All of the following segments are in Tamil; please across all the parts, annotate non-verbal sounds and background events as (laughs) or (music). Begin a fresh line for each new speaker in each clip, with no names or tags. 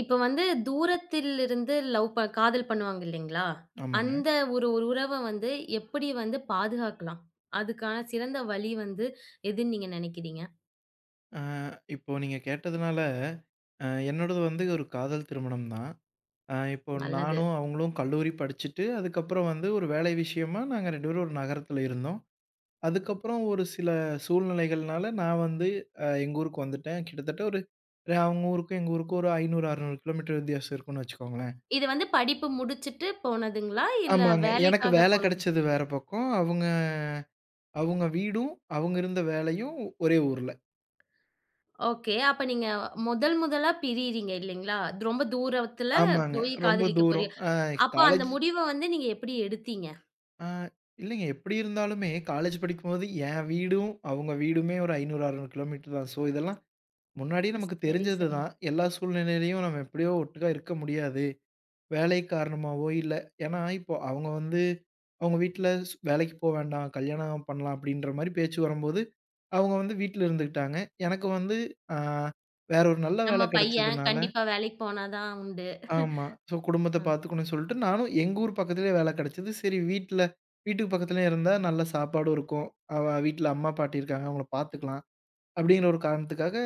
இப்ப வந்து தூரத்திலிருந்து லவ் காதல் பண்ணுவாங்க இல்லைங்களா?
ஆமாங்க.
அந்த ஒரு ஒரு உறவ வந்து எப்படி வந்து பாதுகாக்கலாம்? அதுக்கான சிறந்த வழி வந்து எதுன்னு நீங்க நினைக்கிறீங்க?
அ இப்போ நீங்க கேட்டதுனால, என்னோடது வந்து ஒரு காதல் திருமணம் தான். இப்போ
நல்லது.
நானும் அவங்களும் கல்லூரி படிச்சுட்டு, அதுக்கப்புறம் வந்து ஒரு வேலை விஷயமா நாங்க 2 பேரும் ஒரு நகரத்துல இருந்தோம். அதுக்கப்புறம் ஒரு சில சூழ்நிலைகள்னால நான் வந்து எங்க ஊருக்கு வந்துட்டேன். கிட்டத்தட்ட ஒரு அவங்க ஊருக்கும் எங்க ஊருக்கும் ஒரு 500, 600 கிலோமீட்டர் வித்தியாசம் இருக்கும்னு வச்சுக்கோங்களேன்.
இது வந்து படிப்பு முடிச்சுட்டு போனதுங்களா? இல்ல
ஆமாங்க. எனக்கு
வேலைக்காக
வேலை
போனது?
கிடைச்சது வேற பக்கம். அவங்க அவங்க வீடும், அவங்க இருந்த வேலையும் ஒரே ஊர்ல.
ஓகே. அப்ப நீங்க முதல் முதலா பிரியிறீங்க இல்லைங்களா? அது ரொம்ப தூரத்துல
ஆமாங்க.
போய்
ரொம்ப
காதலிக்க
தூரம்.
போறீங்க. அப்ப அந்த
காலேஜ்.
முடிவ வந்து நீங்க எப்படி எடுத்தீங்க?
ஆ, இல்லைங்க. எப்படி இருந்தாலுமே காலேஜ் படிக்கும்போது என் வீடும், அவங்க வீடுமே ஒரு 500, 600 கிலோமீட்டர் தான். ஸோ இதெல்லாம் முன்னாடியே நமக்கு
சரி,
தெரிஞ்சது
சரி.
தான். எல்லா சூழ்நிலையிலயும் நம்ம எப்படியோ ஒட்டுக்கா இருக்க முடியாது. வேலை காரணமாவோ இல்ல ஏன்னா இப்போ அவங்க வந்து அவங்க வீட்ல வேலைக்கு போ வேண்டாம், கல்யாணம் பண்ணலாம் அப்படின்ற மாரி பேச்சு வரும்போது, அவங்க வந்து வீட்ல இருந்துக்கிட்டாங்க. எனக்கு வந்து ஆ வேற ஒரு நல்ல
நம்ம
வேலை
பையன்
கிடைச்சதுனால
கண்டிப்பா வேலைக்கு போனா தான் உண்டு.
ஆமா. ஸோ குடும்பத்த
அ.
பார்த்துக்கணும்னு சொல்லிட்டு, நானும் எங்க ஊர் பக்கத்திலேயே வேல கெடச்சது. சரி வீட்ல வீட்டுக்கு பக்கத்திலேயே இருந்தா நல்ல சாப்பாடும் இருக்கும். அவ வீட்ல அம்மா, பாட்டி இருக்காங்க. அவங்கள பார்த்துக்கலாம். அப்படிங்கிற ஒரு காரணத்துக்காக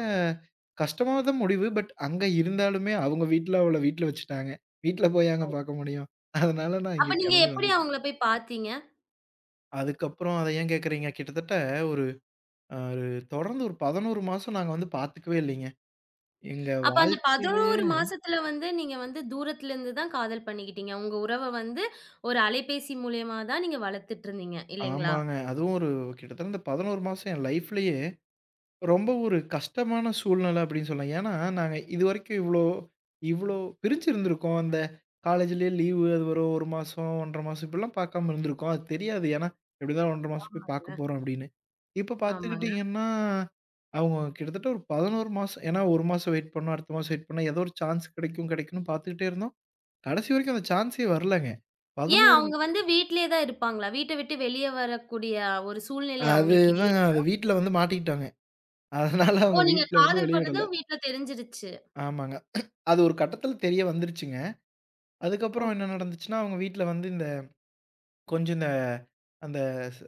கஷ்டமா தான் முடிவு. பட் அங்க இருந்தாலுமே அவங்க வீட்ல அவள வீட்ல வச்சுட்டாங்க. வீட்ல போய் எங்க பார்க்க முடியும்? அதனால நான் இங்க
அப்ப நீங்க
கெளம்பி
எப்படி
வந்துட்டேன்.
அவங்கள போய் பார்த்தீங்க?
அதுக்கப்புறம் அத ஏன் கேட்கிறீங்க? கிட்டத்தட்ட ஒரு ஒரு தொடர்ந்து ஒரு 11 மாசம் நாங்க வந்து பார்த்துக்கவே இல்லைங்க. எங்க
அப்ப அந்த
வாழ்க்கையிலேயே
11 மாசத்துல வந்து நீங்க வந்து தூரத்துல இருந்து தான் காதல் பண்ணிக்கிட்டீங்க. உங்க உறவ வந்து ஒரு அலைபேசி மூலியமா தான் நீங்க வளர்த்துட்டு இருந்தீங்க இல்லைங்களா?
ஆமாங்க. அதுவும் ஒரு கிட்டத்தட்ட இந்த 11 மாசம் என் லைஃப்லயே ரொம்ப ஒரு கஷ்டமான சூழ்நிலை அப்படின்னு சொல்லலாம். ஏன்னா, நாங்க இதுவரைக்கும் இவ்ளோ இவ்ளோ பிரிஞ்சிருந்திருக்கோம். அந்த காலேஜ்லயே லீவு அது வரும் 1 மாசம், 1 1/2 மாசம் இப்படிலாம் பார்க்காம இருந்திருக்கோம். அது தெரியாது. ஏன்னா, எப்படி இருந்தாலும் 1 1/2 மாசம் போய் பார்க்க போறோம் அப்படின்னு. இப்ப
ஆமாங்க.
பார்த்துக்கிட்டீங்கன்னா, அவங்க கிட்டத்தட்ட ஒரு 11 மாசம் ஏன்னா 1 மாசம் வெயிட் பண்ணோம், அடுத்த மாசம் வெயிட் பண்ணோம். ஏதோ ஒரு சான்ஸ் கிடைக்கும் கிடைக்கும்னு பார்த்துக்கிட்டே இருந்தோம். கடைசி வரைக்கும் அந்த சான்ஸே வரலங்க.
ஏன்
11
அவங்க வந்து வீட்லயே தான் இருப்பாங்களா? வீட்ட விட்டு வெளிய வரக்கூடிய ஒரு சூழ்நிலை அவங்களுக்கு
அதுதான்
இல்லையா?
அது வீட்ல வந்து மாட்டிக்கிட்டாங்க. அதனால
ஓ!
அவங்க
நீங்க
வீட்ல வந்து
காதல்
வெளிய விடல.
பண்ணதும் வீட்ல தெரிஞ்சிருச்சு.
ஆமாங்க. அது ஒரு கட்டத்தில தெரிய வந்துருச்சுங்க. அதுக்கப்புறம்
ஓக்
என்ன நடந்துச்சுன்னா, அவங்க வீட்ல வந்து இந்த கொஞ்சம் இந்த அந்த ஸ்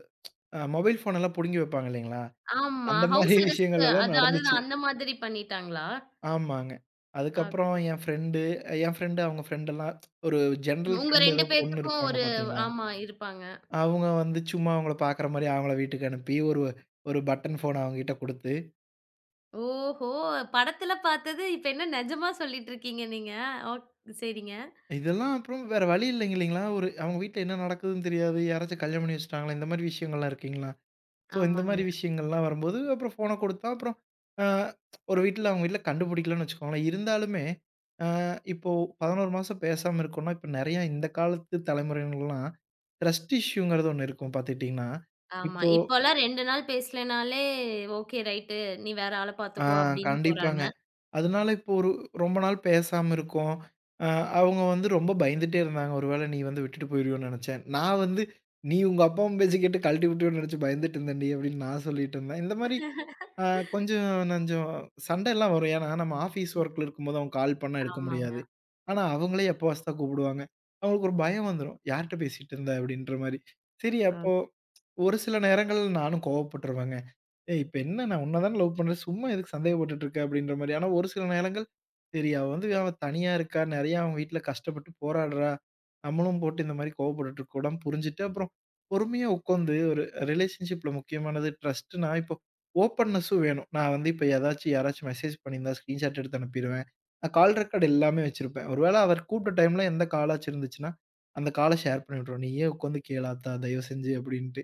மொபைல் ஃபோன் எல்லாம் புடுங்கி வைப்பாங்க இல்லைங்களா?
ஆமா.
அந்த மாரி
ஹவுஸ்
(laughs)
அரெஸ்ட்
விஷயங்கள் எல்லாம்
அது
நடந்துச்சு.
அதுதான் அந்த மாதிரி பண்ணிட்டாங்களா?
ஆமாங்க. அதுக்கப்புறம்
ஓகே.
என் ஃப்ரெண்டு அவங்க ஃப்ரெண்ட் எல்லாம் ஒரு ஜென்ரல்
உங்க
ஃப்ரெண்ட்
2
ஏதோ பொண்ணு
பேத்துக்கும்
இருப்பாங்க
ஒரு
பார்த்தீங்களா?
ஆமா இருப்பாங்க.
அவங்க வந்து சும்மா அவங்கள பார்க்குற மாரி அவங்கள வீட்டுக்கு அனுப்பி, ஒரு ஒரு பட்டன் ஃபோன் அவங்ககிட்ட குடுத்து,
ஓஹோ! படத்துல பார்த்தது இப்ப என்ன நிஜமா சொல்லிட்டு இருக்கீங்க நீங்க? ஓக் சரிங்க.
இதெல்லாம் அப்புறம் வேற வழி இல்லைங்க இல்லைங்களா? ஒரு அவங்க வீட்ல என்ன நடக்குதுன்னு தெரியாது. யாராச்சும் கல்யாணம் பண்ணி வச்சுட்டாங்களா? இந்த மாரி விஷயங்கள்லாம் இருக்குங்களா? ஸோ, இந்த
ஆமாங்க.
மாரி விஷயங்கள்லாம் வரும்போது, அப்புறம் ஃபோன குடுத்தா, அப்புறம் அ ஒரு வீட்ல அவங்க வீட்ல கண்டுபிடிக்கலன்னு வச்சுக்கோங்களேன். இருந்தாலுமே, அ இப்போ 11 மாசம் பேசாம இருக்கோம்னா, இப்ப நெறையா இந்த காலத்து தலைமுறையினர்லாம் ட்ரஸ்ட் இஷ்யூங்கிறது ஒண்ணு இருக்கும் பாத்துக்கிட்டீங்கன்னா,
ஆமா.
இப்போ
இப்போலாம் 2 நாள் பேசலைனாலே, ஓகே ரைட்டு நீ வேற ஆள
ஆ
பார்த்துக்கோ அப்படின்னு போறாங்க.
கண்டிப்பாங்க. அதனால இப்போ ஒரு ரொம்ப நாள் பேசாம இருக்கோம். அ அவங்க வந்து ரொம்ப பயந்துட்டே இருந்தாங்க. ஒருவேள நீ வந்து விட்டுட்டு போயிருவியோன்னு நெனச்சேன். நான் வந்து, "நீ உங்க அப்பா, அம்மா பேச்ச கேட்டு கழட்டி விட்டுருவன்னு நெனச்சு பயந்துட்டு இருந்தேன்டி" அப்படின்னு நான் சொல்லிட்டு இருந்தேன். இந்த மாரி ஆ கொஞ்சம் நஞ்சம் சண்டைலாம் வரும். ஏன்னா, நம்ம ஆஃபீஸ்
ம்.
ஒர்க்ல இருக்கும்போது அவங்க கால் பண்ணா எடுக்க
ஆமாங்க.
முடியாது. ஆனா, அவங்களே எப்போ வாஸ்தா கூப்பிடுவாங்க. அவங்களுக்கு ஒரு பயம் வந்துரும். யார்ட்ட பேசிட்டு இருந்த? அப்படின்ற மாரி. சரி,
ஆ.
அப்போ ஒரு சில நேரங்கள் நானும் கோவப்பட்டுருவேங்க. ஏய்! இப்ப என்ன நான் உன்ன தான லவ் பண்றேன். சும்மா எதுக்கு சந்தேகப்பட்டுட்டு இருக்க? அப்படின்ற மாரி. ஆனா ஒரு சில நேரங்கள், சரி அவ வந்து அவ தனியா இருக்கா. நெறையா அவன் வீட்ல கஷ்டப்பட்டு போராடுறா. நம்மளும் போட்டு இந்த மாரி கோவப்பட்டுட்டு இருக்கக்கூடாதுன்னு புரிஞ்சுட்டு, அப்புறம் பொறுமையா உட்காந்து ஒரு ரிலேஷன்ஷிப்ல முக்கியமானது ட்ரஸ்ட்டுன்னா, இப்போ ஓப்பன்னஸும் வேணும். நான் வந்து இப்ப ஏதாச்சும் யாராச்சும் மெசேஜ் பண்ணியிருந்தா ஸ்கிரீன்ஷாட் எடுத்து அனுப்பிருவேன். நான் கால் ரெக்கார்ட் எல்லாமே வச்சிருப்பேன். ஒரு வேள அவர் கூப்ட்ட டைம்ல எந்த காலாச்சும் இருந்துச்சுன்னா, அந்த கால ஷேர் பண்ணி விட்டுருவேன். நீயே உட்காந்து கேளாத்தா தயவு செஞ்சு அப்படின்ட்டு.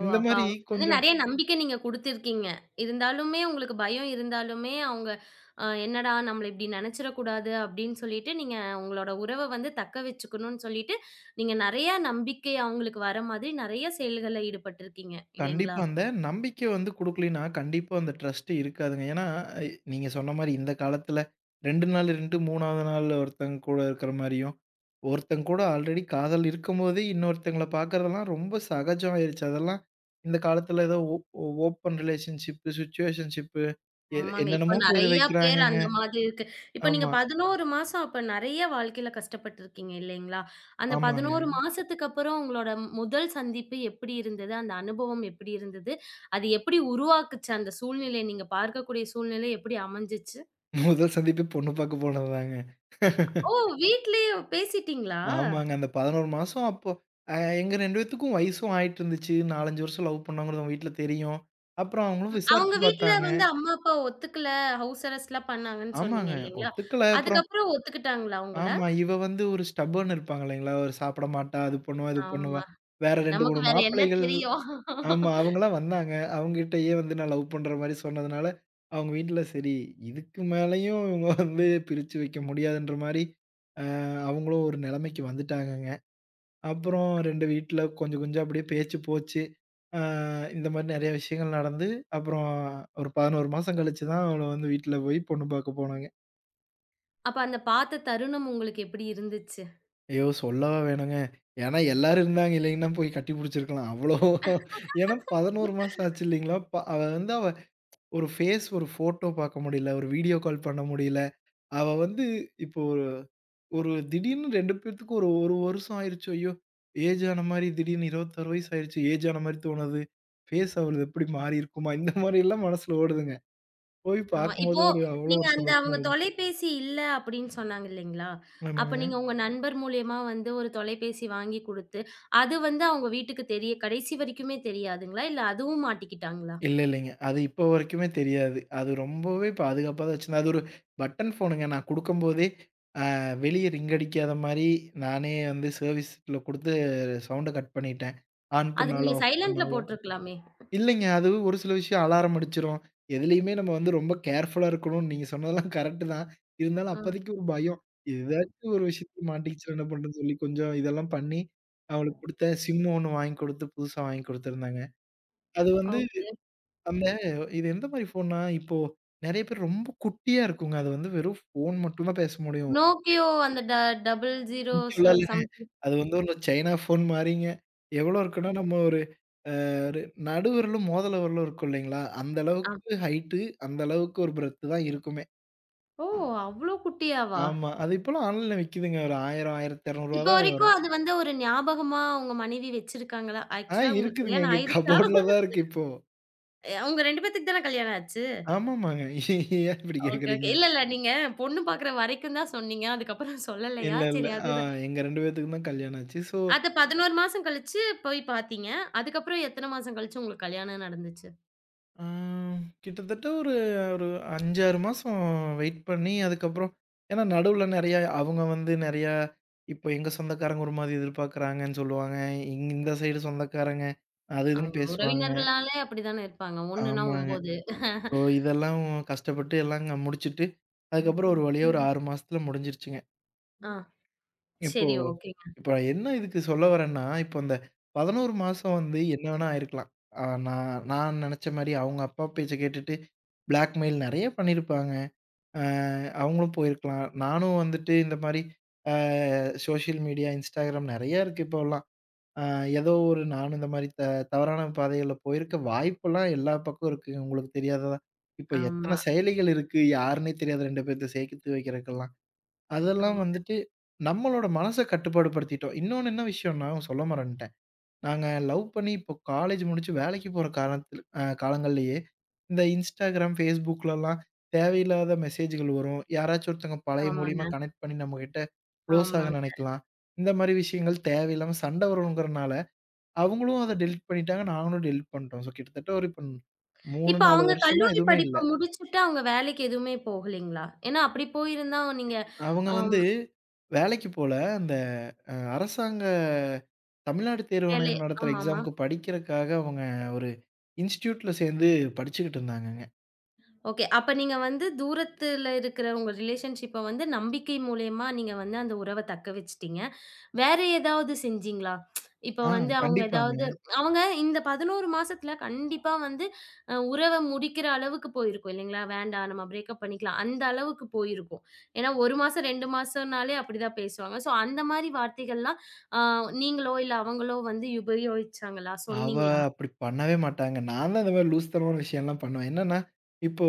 ஓ!
இந்த
அப்ப
மாரி
அவங்களுக்கு வந்து
கொஞ்சம்
நெறைய நம்பிக்கை நீங்க குடுத்துருக்கீங்க. இருந்தாலுமே உங்களுக்கு பயம் இருந்தாலுமே, அவங்க என்னடா நம்மள இப்படி நெனச்சிடக்கூடாது அப்படின்னு சொல்லிட்டு, நீங்க உங்களோட உறவ வந்து தக்க வச்சுக்கணும்னு சொல்லிட்டு, நீங்க நெறைய நம்பிக்கை அவங்களுக்கு வர மாதிரி நெறைய செயல்கள்ல ஈடுபட்டுருக்கீங்க.
கண்டிப்பா.
இல்லைங்களா?
அந்த நம்பிக்கை வந்து குடுக்கலைன்னா, கண்டிப்பா அந்த ட்ரஸ்ட் இருக்காதுங்க. ஏன்னா, நீங்க சொன்ன மாரி இந்த காலத்துல 2 நாள் இருந்துட்டு 3வது நாள் ஒருத்தங்க கூட இருக்கிற மாரியும், ஒருத்தங்க கூட ஆல்ரெடி காதல் இருக்கும்போதே இன்னொருத்தங்கள பார்க்கறதெல்லாம் ரொம்ப சகஜம் ஆயிருச்சு. அதெல்லாம் இந்த காலத்துல ஏதோ ஓப்பன் ரிலேஷன்ஷிப்பு, சிச்சுவேஷன்ஷிப்பு
ஆமாங்க. இப்ப
என்னென்னமோ பேர்
நெறையா பேர்
வைக்கிறாங்கங்க.
அந்த மாதிரி இருக்கு. இப்ப நீங்க
ஆமா,
11 மாசம் அப்ப நெறைய வாழ்க்கையில கஷ்டப்பட்டுருக்கீங்க இல்லைங்களா? அந்த
ஆமாங்க.
11 மாசத்துக்கு அப்புறம் உங்களோட முதல் சந்திப்பு எப்படி இருந்தது? அந்த அனுபவம் எப்படி இருந்தது? அது எப்படி உருவாக்குச்சு அந்த சூழ்நிலை? நீங்க பார்க்கக்கூடிய சூழ்நிலை எப்படி அமைஞ்சுச்சு?
முதல் சந்திப்பே பொண்ணு பார்க்க போனதுதாங்க.
ஓ! வீட்லயே பேசிட்டீங்களா?
ஆமாங்க. அந்த 11 மாசம் அப்போ எங்க 2 பேத்துக்கும் வயசும் ஆயிட்டு இருந்துச்சு. 4, 5 வருஷம் லவ் பண்ணோங்கிறது அவங்க வீட்ல தெரியும். அப்புறம் அவங்களும்
ம். அவங்க
விசாரிச்சு
வீட்ல
பார்த்தாங்க.
வந்து அம்மா, அப்பா ஒத்துக்கல. ஹவுஸ் அரெஸ்ட்லாம் பண்ணாங்கன்னு
ஆமாங்க.
சொன்னீங்க இல்லைங்களா?
ஒத்துக்கல. அப்புறம்
அதுக்கப்புறம் ஒத்துக்கிட்டாங்களா உங்கள?
ஆமா. இவ வந்து ஒரு ஸ்டபர்ன் இருப்பாங்க இல்லைங்களா? ஒரு சாப்பிட மாட்டா. அது பண்ணுவா, இது பண்ணுவா.
ஆமா.
வேற 2,
நமக்கு
3
வேற என்ன
மாப்பிள்ளைகள்
தெரியும்?
ஆமா. அவங்கலாம் வந்தாங்க. அவங்ககிட்டயே வந்து நான் லவ் பண்ற மாரி சொன்னதுனால, அவங்க வீட்ல சரி இதுக்கு மேலயும் இவங்க வந்து பிரிச்சு வைக்க முடியாதுன்ற மாரி, அ அவங்களும் ஒரு நிலைமைக்கு வந்துட்டாங்கங்க. அப்புறம் 2 வீட்ல கொஞ்சம் கொஞ்சம் அப்படியே பேச்சு போச்சு. அ இந்த மாரி நெறைய விஷயங்கள் நடந்து, அப்புறம் ஒரு 11 மாசம் கழிச்சு தான் அவள வந்து வீட்ல போய் பொண்ணு பார்க்க போனோங்க.
அப்ப அந்த பார்த்த தருணம் உங்களுக்கு எப்படி இருந்துச்சு?
ஐயோ! சொல்லவா வேணுங்க. ஏன்னா எல்லாரும் இருந்தாங்க இல்லைங்கன்னா போய் கட்டி புடிச்சிருக்கலாம். அவ்வளோ (laughs) ஏன்னா 11 மாசம் ஆச்சு இல்லைங்களா? அவ வந்து அவ ஒரு ஃபேஸ், ஒரு ஃபோட்டோ பார்க்க முடியல. ஒரு வீடியோ கால் பண்ண முடியல. அவ வந்து இப்போ ஒரு திடீர்னு 2 பேத்துக்கும் ஒரு வருஷம் ஆயிருச்சு. ஐயோ! ஏஜ் ஆன மாரி திடீர்னு 26 வயசு ஆயிருச்சு. ஏஜ் ஆன மாரி தோணுது. ஃபேஸ் அவளுது எப்படி மாறி இருக்குமா? இந்த மாரிலாம் மனசுல ஓடுதுங்க. போய்
ஆமா. (laughs)
பார்க்கும்போது
இப்போ
ஒரு அவ்வளோ
நீங்க
ஒரு
அந்த
சந்தோஷமா
அவங்க
இருந்துச்சு.
தொலைபேசி இல்ல அப்படின்னு சொன்னாங்க இல்லைங்களா? அப்ப
ஆமாங்க.
நீங்க உங்க நண்பர் மூலியமா வந்து ஒரு தொலைபேசி வாங்கி குடுத்து, அது வந்து அவங்க வீட்டுக்கு தெரிய கடைசி வரைக்குமே தெரியாதுங்களா? இல்ல அதுவும் மாட்டிக்கிட்டாங்களா?
இல்ல, இல்லைங்க. அது இப்போ வரைக்குமே தெரியாது. அது ரொம்பவே பாதுகாப்பா தான் வச்சிருந்தேன். அது ஒரு பட்டன் ஃபோனுங்க. நான் குடுக்கும்போதே அ வெளிய ரிங் அடிக்காத மாரி நானே வந்து சர்வீஸ்ல குடுத்து சவுண்ட கட் பண்ணிட்டேன். ஆன்
அதுக்கு
பண்ணாலும்,
நீங்க
ஆஃப்
சைலன்ட்ல
பண்ணாலும்.
போட்டுருக்கலாமே.
இல்லைங்க. அது ஒரு சில விஷயம் அலாரம் அடிச்சுரும். எதுலயுமே நம்ம வந்து ரொம்ப கேர்ஃபுல்லா இருக்கணும்னு நீங்க சொன்னதெல்லாம் கரெக்ட் தான். இருந்தாலும்
ம்.
அப்போதைக்கு ஒரு பயம். ஏதாச்சும் ஒரு விஷயத்துல மாட்டிக்கிச்சுனா என்ன பண்றதுன்னு சொல்லி கொஞ்சம் இதெல்லாம் பண்ணி, அவளுக்கு குடுத்தேன். சிம் ஒண்ணு வாங்கி குடுத்து, புதுசா வாங்கி குடுத்துருந்தேங்க. அது வந்து
ஓகே.
அந்த இது எந்த மாரி ஃபோன்னா, இப்போ நெறைய பேர் ரொம்ப குட்டியா இருக்குங்க. அது வந்து வெறும் ஃபோன் மட்டும் தான் பேச முடியும்.
நோக்கியோ அந்த டபுள் ஜீரோ
Nokiaலாம் இல்லங்க.
சம்திங்.
அது வந்து ஒரு சைனா ஃபோன் மாரிங்க. எவ்வளோ இருக்குன்னா, நம்ம ஒரு பாரு நடு விரலும், மோதல விரலும் இருக்கும் இல்லைங்களா? அந்த
ஆ.
அளவுக்கு ஹைட்டு, அந்த அளவுக்கு ஒரு பிரெத் தான் இருக்குமே.
ஓ! அவ்ளோ குட்டியாவா?
ஆமா. அது இப்பலாம் ஆன்லைன்ல விக்குதுங்க. ஒரு 1000, ரூ. 1200
இப்போ
தான்
வரைக்கும்
வரும்.
அது வந்து ஒரு ஞாபகமா உங்க மனைவி வச்சிருக்காங்களா?
ஆ
ஆக்சுவலா உங்களுக்கு
இருக்குதுங்க.
கல்யாணம்
எங்க
ஆயிருச்சா?
கபோர்ட்ல தான் இருக்கு இப்போ.
உங்க 2 பேத்துக்கு தான கல்யாணம் ஆச்சு.
ஆமாமாங்க. ஏன் இப்படி
ஓகே, ஓகே.
கேட்குறீங்க?
இல்ல, இல்ல. நீங்க பொண்ணு பார்க்குற வரைக்கும் தான் சொன்னீங்க. அதுக்கப்புறம் (laughs) சொல்லலையா?
இல்ல, இல்ல.
சரி அதுதான்.
எங்க 2 பேத்துக்கும் தான் கல்யாணம் ஆச்சு. ஸோ
அத 11 மாசம் கழிச்சு போய் பார்த்தீங்க. அதுக்கப்புறம் எத்தன மாசம் கழிச்சு உங்களுக்கு கல்யாணம் நடந்துச்சு?
ஆ, கிட்டத்தட்ட ஒரு ஒரு 5, 6 மாசம் வெயிட் பண்ணி, அதுக்கப்புறம் ஏன்னா நடுவுல நெறையா அவங்க வந்து நெறையா இப்போ எங்க சொந்தக்காரங்க ஒரு மாதிரி எதிர்பார்க்குறாங்கன்னு சொல்லுவாங்க. இந்த சைடு சொந்தக்காரங்க அது
அ
இதுன்னு பேசுவாங்க.
உறவினர்கள்னாலே அப்படித்தானே இருப்பாங்க. 1ன்னா
ஆமாங்க.
9.
ஸோ இதெல்லாம் கஷ்டப்பட்டு எல்லாங்க முடிச்சுட்டு, அதுக்கப்புறம்
ம்.
ஒரு வழியா ஒரு
(laughs)
6 மாசத்துல முடிஞ்சிருச்சுங்க.
ஆ.
இப்போ
சரி ஓகேங்க.
இப்போ என்ன இதுக்கு சொல்ல வரேன்னா, இப்போ அந்த 11 மாசம் வந்து என்ன வேணா ஆயிருக்கலாம். நான் நான் நெனச்ச மாரி அவங்க அப்பா பேச்ச கேட்டுட்டு பிளாக்மெயில் நெறைய பண்ணியிருப்பாங்க. அ அவங்களும் போயிருக்கலாம். நானும் வந்துட்டு இந்த மாரி அ சோசியல் மீடியா, Instagram நெறைய இருக்கு இப்போலாம். அ ஏதோ ஒரு நானும் இந்த மாரி தவறான பாதைகள்ல போயிருக்க வாய்ப்பெல்லாம் எல்லா பக்கம் இருக்குங்க. உங்களுக்கு தெரியாததா? இப்போ
ஆமா,
எத்தன செயலிகள் இருக்கு, யாருன்னே தெரியாத 2 பேத்த சேர்த்து வைக்கிறதுக்கெல்லாம். அதெல்லாம்
ஆமா,
வந்துட்டு நம்மளோட மனச கட்டுப்பாடு படுத்திட்டோம். இன்னொன்னு என்ன விஷயம்னா, சொல்ல மறந்துட்டேன். நாங்க லவ் பண்ணி இப்போ காலேஜ் முடிச்சு வேலைக்கு போற காரணத்தில காலங்கள்லயே, இந்த Instagram, Facebookலலாம் தேவையில்லாத மெசேஜ்கள் வரும். யாராச்சும் ஒருத்தவங்க பழைய மூலியமா
ஆமாங்க,
கனெக்ட் பண்ணி நம்மகிட்ட க்ளோஸ் ஆக
ஆமாங்க.
நினைக்கலாம். இந்த மாரி விஷயங்கள் தேவையில்லாம சண்டை வருங்கிறனால, அவங்களும் அத டெலிட் பண்ணிட்டாங்க. நாங்களும் டெலிட் பண்ணிட்டோம். ஸோ கிட்டத்தட்ட ஒரு இப்ப 3,
இப்ப
4
அவங்க
வருஷமா
கல்லூரி
எதுவுமே இல்ல.
படிப்ப முடிச்சுட்டு அவங்க வேலைக்கு எதுவுமே போகலைங்களா? ஏன்னா அப்படி போயிருந்தா நீங்க
அவங்க
அ
வந்து வேலைக்கு போல. அந்த அரசாங்க தமிழ்நாடு
வேலை
தேர்வாணையம் நடத்துற
ஆமாமா.
எக்ஸாம்க்கு படிக்கிறக்காக அவங்க ஒரு இன்ஸ்டிடியூட்ல சேர்ந்து படிச்சுக்கிட்டு இருந்தாங்கங்க.
ஓகே. அப்ப நீங்க வந்து தூரத்துல இருக்கிற உங்க ரிலேஷன்ஷிப்ப வந்து நம்பிக்கை மூலியமா நீங்க வந்து அந்த உறவ தக்க வச்சுட்டீங்க. வேற ஏதாவது செஞ்சீங்களா? இப்ப
ஆ
வந்து அவங்க ஏதாவது
கண்டிப்பாங்க.
அவங்க இந்த 11 மாசத்துல கண்டிப்பா வந்து உறவ முடிக்கிற அளவுக்கு போயிருக்கும் இல்லைங்களா? வேண்டாம் நம்ம பிரேக்கப் பண்ணிக்கலாம். அந்த அளவுக்கு போயிருக்கும். ஏன்னா 1 மாசம் 2 மாசம்னாலே அப்படிதான் பேசுவாங்க. ஸோ அந்த மாரி வார்த்தைகள்லாம் அ நீங்களோ இல்ல அவங்களோ வந்து உபயோகிச்சாங்களா?
அவ
சொன்னீங்களா?
அப்படி பண்ணவே மாட்டாங்க. நான் தான் இந்த மாரி லூஸ்தனமான விஷயம்லாம் பண்ணுவேன். என்னன்னா, இப்போ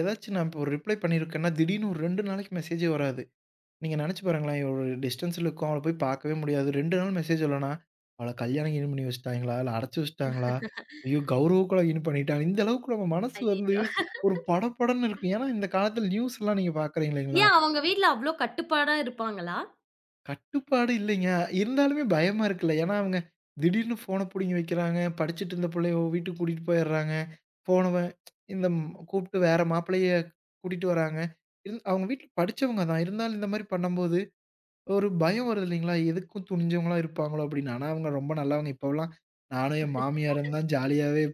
ஏதாச்சும் நான் இப்போ ஒரு ரிப்ளை பண்ணியிருக்கேன்னா, திடீர்னு ஒரு 2 நாளைக்கு மெசேஜே வராது. நீங்க நெனச்சு பாருங்களேன், ஒரு டிஸ்டன்ஸ்ல இருக்கோம். அவள போய் பார்க்கவே முடியாது. 2 நாள் மெசேஜ் இல்லன்னா, அவள கல்யாணம் கில்யாணம் பண்ணி வச்சுட்டாங்களா? இல்ல அடைச்சு வச்சுட்டாங்களா? ஐயோ! கௌரவுக்கு கல்யாணம் பண்ணிட்டாங்க. இந்த அளவுக்கு நம்ம மனசு வந்து
ஐயய்யோ!
ஒரு படபடன்னு இருக்கும். ஏன்னா, இந்த காலத்துல நியூஸ்லாம் நீங்க பார்க்குறீங்க இல்லைங்களா?
ஏன் அவங்க வீட்ல அவ்ளோ கட்டுப்பாடா இருப்பாங்களா?
கட்டுப்பாடு இல்லைங்க. இருந்தாலுமே பயமா இருக்குல்ல. ஏன்னா, அவங்க திடீர்னு ஃபோன புடுங்கி வைக்கிறாங்க. படிச்சுட்டு இருந்த புள்ளைய வீட்டுக்கு கூட்டிட்டு போயிர்றாங்க. போனவ இந்த கூப்ட்டு வேற மாப்பிள்ளைய கூட்டிட்டு வராங்க. இருந் அவங்க வீட்ல படிச்சவங்க தான். இருந்தாலும் இந்த மாரி பண்ணும்போது ஒரு பயம் வருது இல்லைங்களா? எதுக்கும் துணிஞ்சவங்களா இருப்பாங்களோ அப்படின்னு. ஆனா அவங்க ரொம்ப நல்லவங்க. இப்போலாம் நானும் என் மாமியாரும் தான் ஜாலியாவே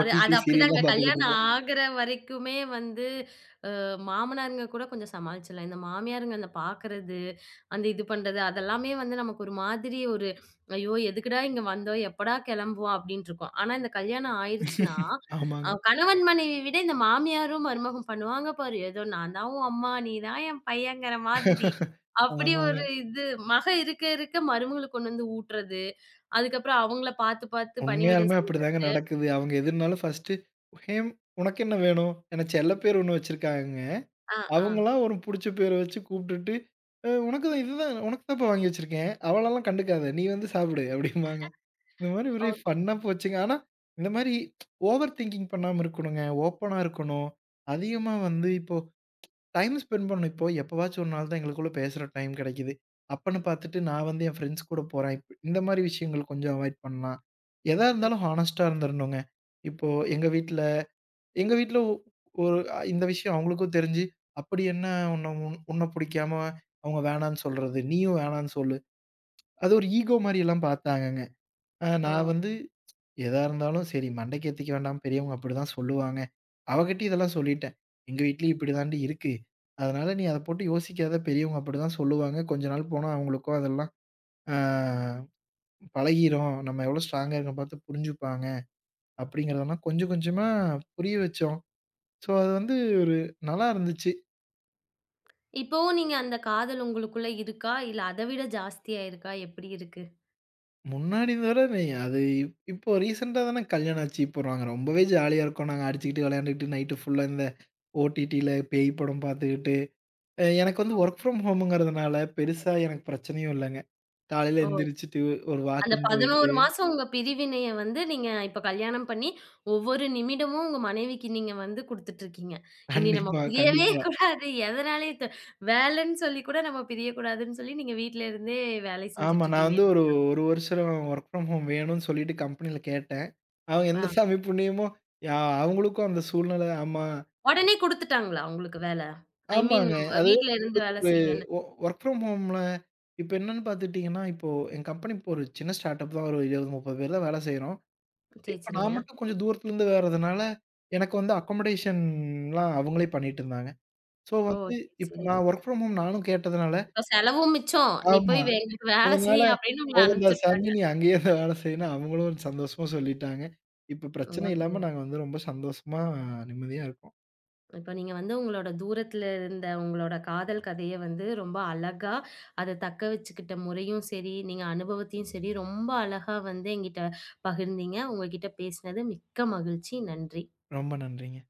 அது அது அப்படிதாங்க.
சீரியல்லாம் பார்த்துக்கிட்டு
கல்யாணம்
இருப்போம்.
ஆகுற வரைக்குமே வந்து மாமனாருங்க கூட கொஞ்சம் சமாளிச்சிடலாம். இந்த மாமியாருங்க அந்த பார்க்கறது, அந்த இது பண்றது அதெல்லாமே வந்து நமக்கு ஒரு மாதிரி ஒரு, "ஐயோ! எதுக்குடா இங்க வந்தோம்? எப்படா கிளம்புவோம்?" அப்படின்ட்டு இருக்கும். ஆனா இந்த கல்யாணம் ஆயிருச்சுன்னா,
ஆமாங்க.
கணவன் மனைவி விட இந்த மாமியாரும் மருமகம் பண்ணுவாங்க பாரு. ஏதோ "நான் தான் உன் அம்மா, நீ தான் என் பையங்கிற" மாதிரி. அப்படி
ஆமாங்க.
ஒரு இது மக இருக்க இருக்க மருமகளுக்கு கொண்டு வந்து ஊட்டுறது, அதுக்கப்புறம் அவங்கள பார்த்து பார்த்து பணிவிடை
உண்மையாலுமே அப்படிதாங்க
செய்றது.
நடக்குது. அவங்க எதுனாலும் ஃபர்ஸ்ட்டு "ஹேம் உனக்கு என்ன வேணும்?" ஏன்னா செல்ல பேர் ஒண்ணு வச்சிருக்காங்கங்க.
ஆ, ஆ.
அவங்களா ஒரு புடிச்ச பேர வச்சு கூப்பிட்டுட்டு, உனக்கு தான் இதுதான் உனக்கு தான்ப்பா வாங்கி வச்சிருக்கேன். அவளலாம் கண்டுக்காத. நீ வந்து சாப்பிடு" அப்படிம்பாங்க. இந்த மாரி ஒரே
ஓ,
ஃபன்னா போச்சுங்க. ஆனா, இந்த மாரி ஓவர் திங்கிங் பண்ணாம இருக்கணுங்க. ஓப்பனா இருக்கணும். அதிகமா வந்து இப்போ டைம் ஸ்பெண்ட் பண்ணணும். இப்போ எப்பவாச்சும் ஒரு நாள் தான் எங்களுக்குள்ள பேசுற டைம் கிடைக்குது. அப்பன்னு பார்த்துட்டு நான் வந்து என் ஃப்ரெண்ட்ஸ் கூட போறேன். இந்த மாரி விஷயங்கள் கொஞ்சம் அவாய்ட் பண்ணலாம். எதா இருந்தாலும் ஹானஸ்ட்டா இருந்துரணுங்க. இப்போ எங்க வீட்ல எங்க வீட்ல ஒரு இந்த விஷயம் அவங்களுக்கும் தெரிஞ்சு, "அப்படி என்ன உன்ன புடிக்காம அவங்க வேணான்னு சொல்றது? நீயும் வேணான்னு சொல்லு." அது ஒரு ஈகோ மாரியெல்லாம் பார்த்தாங்கங்க.
ஓ.
நான் வந்து எதா இருந்தாலும் சரி மண்டைக்கு ஏத்திக்க வேண்டாம். பெரியவங்க அப்படிதான் சொல்லுவாங்க. அவகிட்டயும் இதெல்லாம் சொல்லிட்டேன். "எங்க வீட்லயும் இப்படிதான்டி இருக்கு. அதனால நீ அத போட்டு யோசிக்காத. பெரியவங்க அப்படிதான் சொல்லுவாங்க. கொஞ்ச நாள் போனா அவங்களுக்கும் அதெல்லாம் ஆ பழகிரும். நம்ம எவ்வளோ ஸ்ட்ராங்கா இருக்கோம் பார்த்து புரிஞ்சுப்பாங்க." அப்படிங்கிறதெல்லாம் கொஞ்சம் கொஞ்சமா புரிய வச்சோம். ஸோ அது வந்து ஒரு நல்லா இருந்துச்சு.
இப்போ நீங்க அந்த காதல் உங்களுக்குள்ள இருக்கா? இல்ல அத விட ஜாஸ்தியா இருக்கா? எப்படி இருக்கு?
முன்னாடி விட நீ அது இப்போ ரீசென்ட்டா தானே கல்யாணம் ஆச்சு. இப்போ நாங்க ரொம்பவே ஜாலியா இருக்கோம். நாங்க அடிச்சுக்கிட்டு, விளையாண்டுக்கிட்டு நைட்டு ஃபுல்லா இந்த OTTல பேய் படம் பார்த்துக்கிட்டு எனக்கு வந்து வொர்க் ஃப்ரம் ஹோம்ங்கிறதுனால பெருசா எனக்கு பிரச்சனையும் இல்லங்க. காலையில
ஓ!
எந்திரிச்சுட்டு ஒரு
அந்த
வாக்கிங் போயிட்டு
11 மாசம் உங்க பிரிவினைய வந்து நீங்க இப்ப கல்யாணம் பண்ணி, ஒவ்வொரு நிமிடமும் உங்க மனைவிக்கு நீங்க வந்து குடுத்துட்டுருக்கீங்க. இனி நம்ம
கண்டிப்பா,
பிரியவே (laughs)
கண்டிப்பா.
கூடாது. எதனாலயும் வேலைன்னு சொல்லி கூட நம்ம பிரியக்கூடாதுன்னு சொல்லி நீங்க வீட்ல இருந்தே வேலை
ஆமா. நான்
செஞ்சுட்டுருக்கீங்க.
வந்து ஒரு 1 வருஷம் வொர்க் ஃப்ரம் ஹோம் வேணும்னு சொல்லிட்டு கம்பெனில கேட்டேன். அவங்க எந்த
ஆ.
சாமி புண்ணியமோ யா அவங்களுக்கும் அந்த சூழ்நிலை ஆமா.
உடனே குடுத்துட்டாங்களா உங்களுக்கு வேலை? ஐ மீன்
ஆமாங்க. அது
வீட்ல இருந்து
உங்களுக்கு
வேலை
ஒரு
செய்யுங்கன்னு.
ஒ வொர்க் ஃப்ரம் ஹோம்ல இப்ப என்னன்னு பார்த்துக்கிட்டீங்கன்னா, இப்போ என் கம்பெனி இப்போ ஒரு சின்ன ஸ்டார்ட்அப் தான். ஒரு 20, 30 பேர் தான் வேலை செய்றோம்.
சரி,
இப்ப நான்
சரிங்க.
மட்டும் கொஞ்சம் தூரத்துலருந்து வர்றதுனால, எனக்கு வந்து அக்காமடேஷன்லாம் அவங்களே பண்ணிட்டு இருந்தாங்க. So
oh!
வந்து,
சரி,
இப்ப
சரி.
நான் வொர்க் ஃப்ரம் ஹோம் நானும் கேட்டதுனால
இப்ப செலவும் மிச்சம். "நீ போய்
ஆமா.
வே எனக்கு வேலை
அதனால
செய்" அப்படின்னு உங்கள
"போதும்டா சாமி
அனுப்பிச்சுட்டாங்க.
நீ அங்கேயே இருந்து வேலை செய்யுன்னு" அவங்களும் சந்தோஷமா சொல்லிட்டாங்க. இப்ப பிரச்சனை
ஓகேங்க.
இல்லாம நாங்க வந்து ரொம்ப சந்தோஷமா, நிம்மதியா இருக்கோம்.
இப்ப நீங்க வந்து உங்களோட தூரத்துல இருந்த உங்களோட காதல் கதைய வந்து ரொம்ப அழகா, அத தக்க வச்சுக்கிட்ட முறையும் சரி, நீங்க அனுபவத்தையும் சரி, ரொம்ப அழகா வந்து என்கிட்ட பகிர்ந்தீங்க. உங்ககிட்ட பேசினது மிக்க மகிழ்ச்சி. நன்றி.
ரொம்ப நன்றிங்க.